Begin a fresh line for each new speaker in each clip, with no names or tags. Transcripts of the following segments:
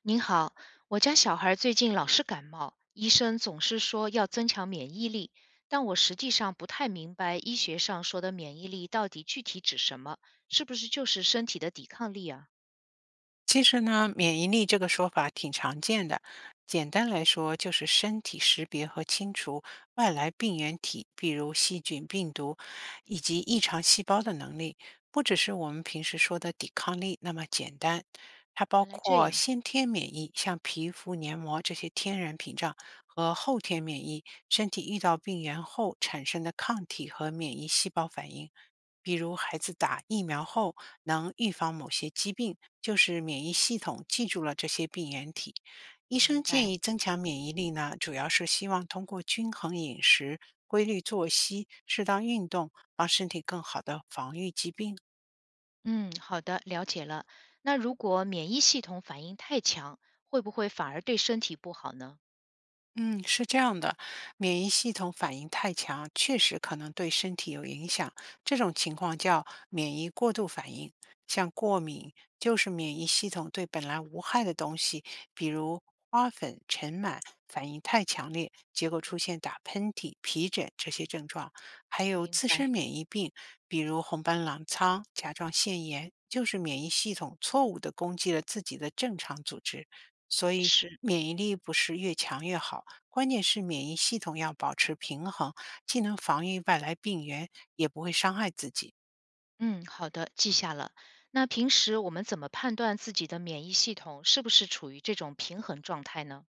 您好，我家小孩最近老是感冒，医生总是说要增强免疫力，但我实际上不太明白医学上说的免疫力到底具体指什么，是不是就是身体的抵抗力啊？
其实呢，免疫力这个说法挺常见的。简单来说，就是身体识别和清除外来病原体，比如细菌、病毒以及异常细胞的能力，不只是我们平时说的抵抗力那么简单。它包
原来这
括
样，
先天免疫，像皮肤、黏膜这些天然屏障，和后天免疫，身体遇到病原后产生的抗体和免疫细胞反应。比如孩子打疫苗后能预防某些疾病，就是免疫系统记住了这些病原体。医生
明
建
白。
议增强免疫力呢，主要是希望通过均衡饮食、规律作息、适当运动，帮身体更好的防御疾病。
嗯，好的，了解了。那如果免疫系统反应太强，会不会反而对身体不好呢？
嗯，是这样的，免疫系统反应太强，确实可能对身体有影响。这种情况叫免疫过度反应，像过敏就是免疫系统对本来无害的东西，比如花粉、尘螨，反应太强烈，结果出现打喷嚏、皮疹这些症状。还有
明
自
白，
身免疫病，比如红斑狼疮、甲状腺炎，就是免疫系统错误地攻击了自己的正常组织。所以
是。
免疫力不是越强越好，关键是免疫系统要保持平衡，既能防御外来病源，也不会伤害自己。
嗯，好的，记下了。那平时我们怎么判断自己的免疫系统是不是处于这种平衡状态呢？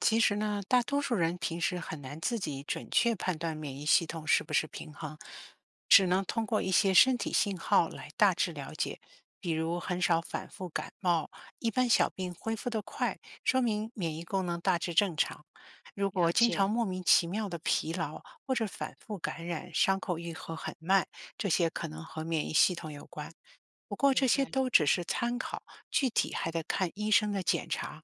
其实呢，大多数人平时很难自己准确判断免疫系统是不是平衡，只能通过一些身体信号来大致了解。比如很少反复感冒，一般小病恢复得快，说明免疫功能大致正常。如果
了
经常
解，
莫名其妙的疲劳或者反复感染，伤口愈合很慢，这些可能和免疫系统有关。不过这
明
些
白了。
都只是参考，具体还得看医生的检查。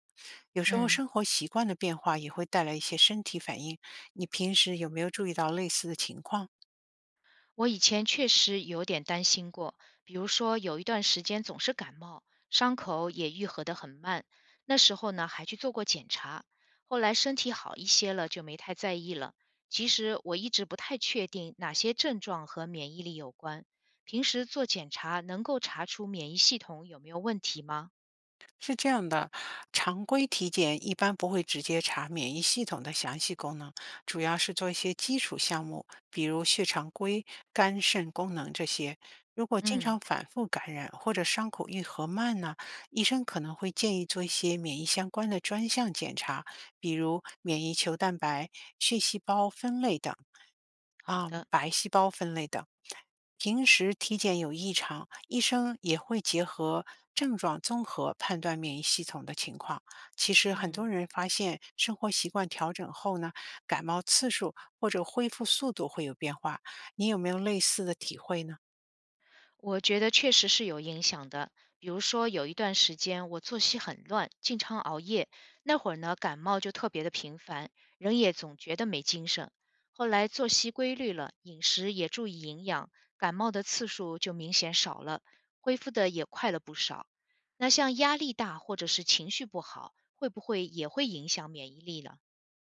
有时候
嗯，
生活习惯的变化也会带来一些身体反应，你平时有没有注意到类似的情况？
我以前确实有点担心过，比如说有一段时间总是感冒，伤口也愈合得很慢。那时候呢，还去做过检查，后来身体好一些了，就没太在意了。其实我一直不太确定哪些症状和免疫力有关。平时做检查能够查出免疫系统有没有问题吗？
是这样的，常规体检一般不会直接查免疫系统的详细功能，主要是做一些基础项目，比如血常规、肝肾功能这些。如果经
嗯，
常反复感染或者伤口愈合慢呢，医生可能会建议做一些免疫相关的专项检查，比如免疫球蛋白、血细胞分类等。
好的，
白细胞分类的。平时体检有异常，医生也会结合症状综合判断免疫系统的情况。其实很多
嗯。
人发现生活习惯调整后呢，感冒次数或者恢复速度会有变化。你有没有类似的体会呢？
我觉得确实是有影响的。比如说，有一段时间我作息很乱，经常熬夜，那会儿呢感冒就特别的频繁，人也总觉得没精神。后来作息规律了，饮食也注意营养，感冒的次数就明显少了，恢复的也快了不少。那像压力大或者是情绪不好，会不会也会影响免疫力了？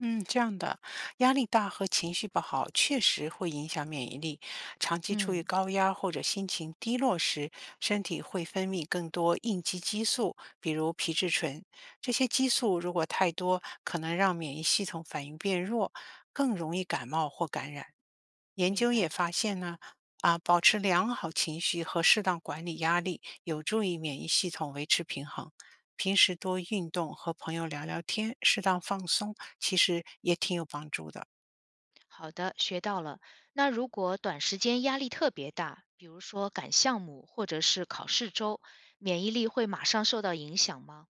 嗯，这样的，压力大和情绪不好确实会影响免疫力。长期处于
嗯，
高压或者心情低落时，身体会分泌更多应激激素，比如皮质醇。这些激素如果太多，可能让免疫系统反应变弱，更容易感冒或感染。研
明
究也
白。
发现呢，保持良好情绪和适当管理压力，有助于免疫系统维持平衡。平时多运动，和朋友聊聊天，适当放松，其实也挺有帮助的。
好的，学到了。那如果短时间压力特别大，比如说赶项目或者是考试周，免疫力会马上受到影响吗？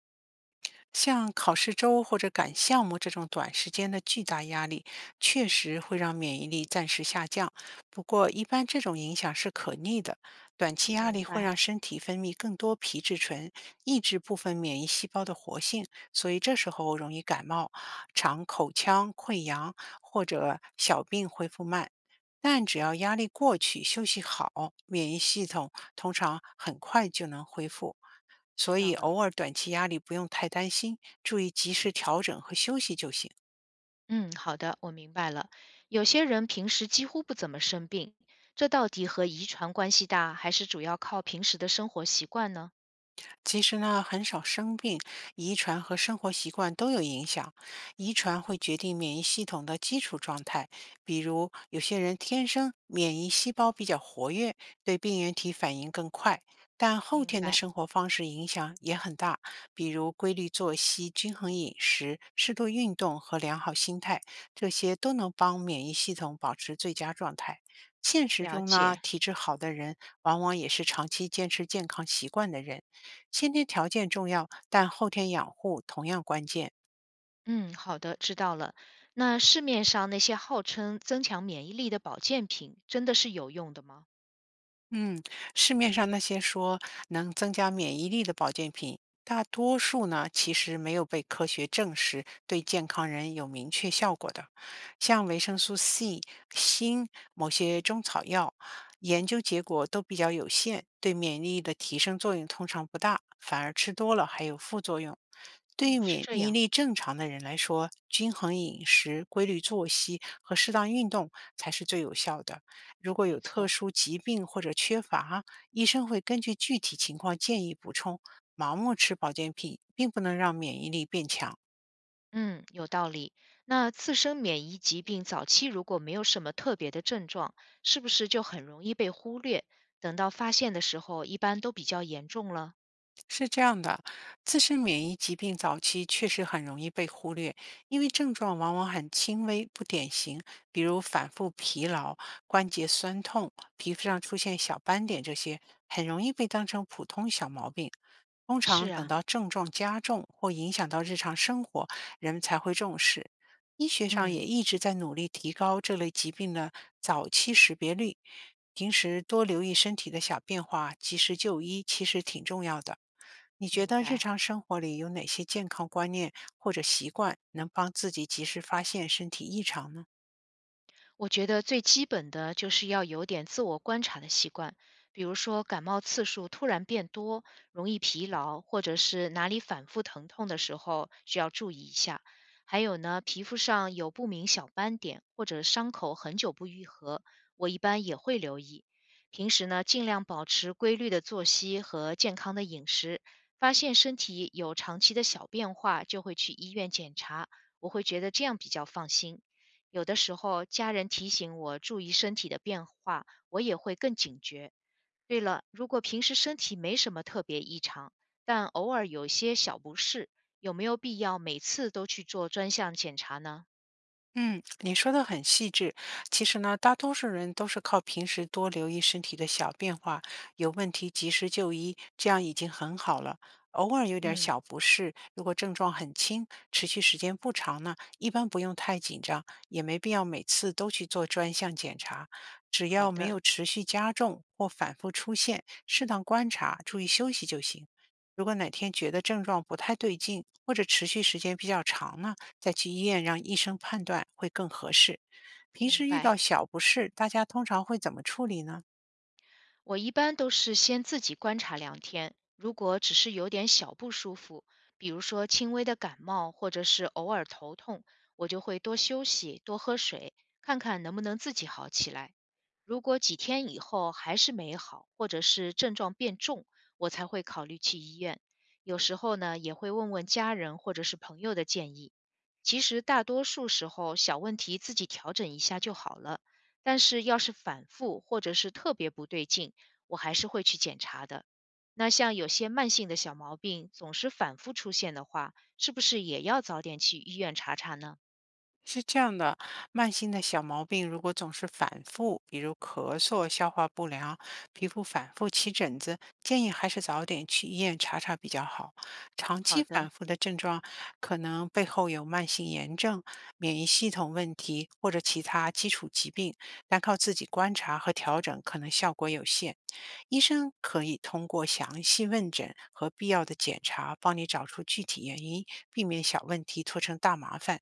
像考试周或者赶项目这种短时间的巨大压力，确实会让免疫力暂时下降。不过，一般这种影响是可逆的。短期压力
明
会
白，
让身体分泌更多皮质醇，抑制部分免疫细胞的活性，所以这时候容易感冒、肠口腔溃疡或者小病恢复慢。但只要压力过去，休息好，免疫系统通常很快就能恢复。
知
所以
道了。
偶尔短期压力不用太担心，注意及时调整和休息就行。
嗯，好的，我明白了。有些人平时几乎不怎么生病，这到底和遗传关系大，还是主要靠平时的生活习惯呢？
其实呢，很少生病，遗传和生活习惯都有影响。遗传会决定免疫系统的基础状态，比如有些人天生免疫细胞比较活跃，对病原体反应更快。但后
明
天的
白，
生活方式影响也很大，比如规律作息、均衡饮食、适度运动和良好心态，这些都能帮免疫系统保持最佳状态。现实
了
中呢，
解。
体质好的人往往也是长期坚持健康习惯的人。先天条件重要，但后天养护同样关键。
嗯，好的，知道了。那市面上那些号称增强免疫力的保健品，真的是有用的吗？
嗯，市面上那些说能增加免疫力的保健品，大多数呢其实没有被科学证实对健康人有明确效果的。像维生素 C、锌、某些中草药，研究结果都比较有限，对免疫力的提升作用通常不大，反而吃多了还有副作用。对
哦，
于
是
免
这
疫
样，
力正常的人来说，均衡饮食、规律作息和适当运动才是最有效的。如果有
没
特
错。
殊疾病或者缺乏，医生会根据具体情况建议补充。盲目吃保健品并不能让免疫力变强。
嗯，有道理。那自身免疫疾病早期如果没有什么特别的症状，是不是就很容易被忽略？等到发现的时候，一般都比较严重了。
是这样的，自身免疫疾病早期确实很容易被忽略，因为症状往往很轻微、不典型，比如反复疲劳、关节酸痛、皮肤上出现小斑点这些，很容易被当成普通小毛病。通
是
常等
啊，
到症状加重或影响到日常生活，人们才会重视。医学上也
嗯，
一直在努力提高这类疾病的早期识别率。平时多留意身体的小变化，及时就医，其实挺重要的。你觉
明
得日
白。
常生活里有哪些健康观念或者习惯能帮自己及时发现身体异常呢？
我觉得最基本的就是要有点自我观察的习惯，比如说感冒次数突然变多，容易疲劳，或者是哪里反复疼痛的时候，需要注意一下。还有呢，皮肤上有不明小斑点或者伤口很久不愈合，我一般也会留意。平时呢，尽量保持规律的作息和健康的饮食。发现身体有长期的小变化，就会去医院检查。我会觉得这样比较放心。有的时候家人提醒我注意身体的变化，我也会更警觉。对了，如果平时身体没什么特别异常，但偶尔有些小不适，有没有必要每次都去做专项检查呢？
嗯，你说的很细致。其实呢，大多数人都是靠平时多留意身体的小变化，有问题及时就医，这样已经很好了。偶尔有点
嗯，
小不适，如果症状很轻，持续时间不长呢，一般不用太紧张，也没必要每次都去做专项检查。只
好
要没
的，
有持续加重或反复出现，适当观察，注意休息就行。如果哪天觉得症状不太对劲，或者持续时间比较长呢？再去医院让医生判断会更合适。平
明
时遇到
白。
小不适，大家通常会怎么处理呢？
我一般都是先自己观察2天，如果只是有点小不舒服，比如说轻微的感冒或者是偶尔头痛，我就会多休息、多喝水，看看能不能自己好起来。如果几天以后还是没好，或者是症状变重，我才会考虑去医院。有时候呢，也会问问家人或者是朋友的建议。其实大多数时候，小问题自己调整一下就好了。但是要是反复或者是特别不对劲，我还是会去检查的。那像有些慢性的小毛病总是反复出现的话，是不是也要早点去医院查查呢？
是这样的，慢性的小毛病如果总是反复，比如咳嗽、消化不良、皮肤反复起疹子，建议还是早点去医院查查比较好。长
好
期反
的，
复的症状可能背后有慢性炎症、免疫系统问题或者其他基础疾病，单靠自己观察和调整可能效果有限。医生可以通过详细问诊和必要的检查，帮你找出具体原因，避免小问题拖成大麻烦。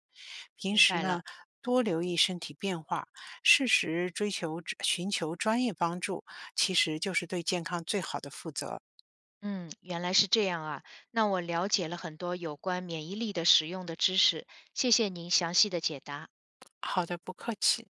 平
明
时
白了。
呢，多留意身体变化，适时寻求专业帮助，其实就是对健康最好的负责。
嗯，原来是这样啊。那我了解了很多有关免疫力的使用的知识，谢谢您详细的解答。
好的，不客气。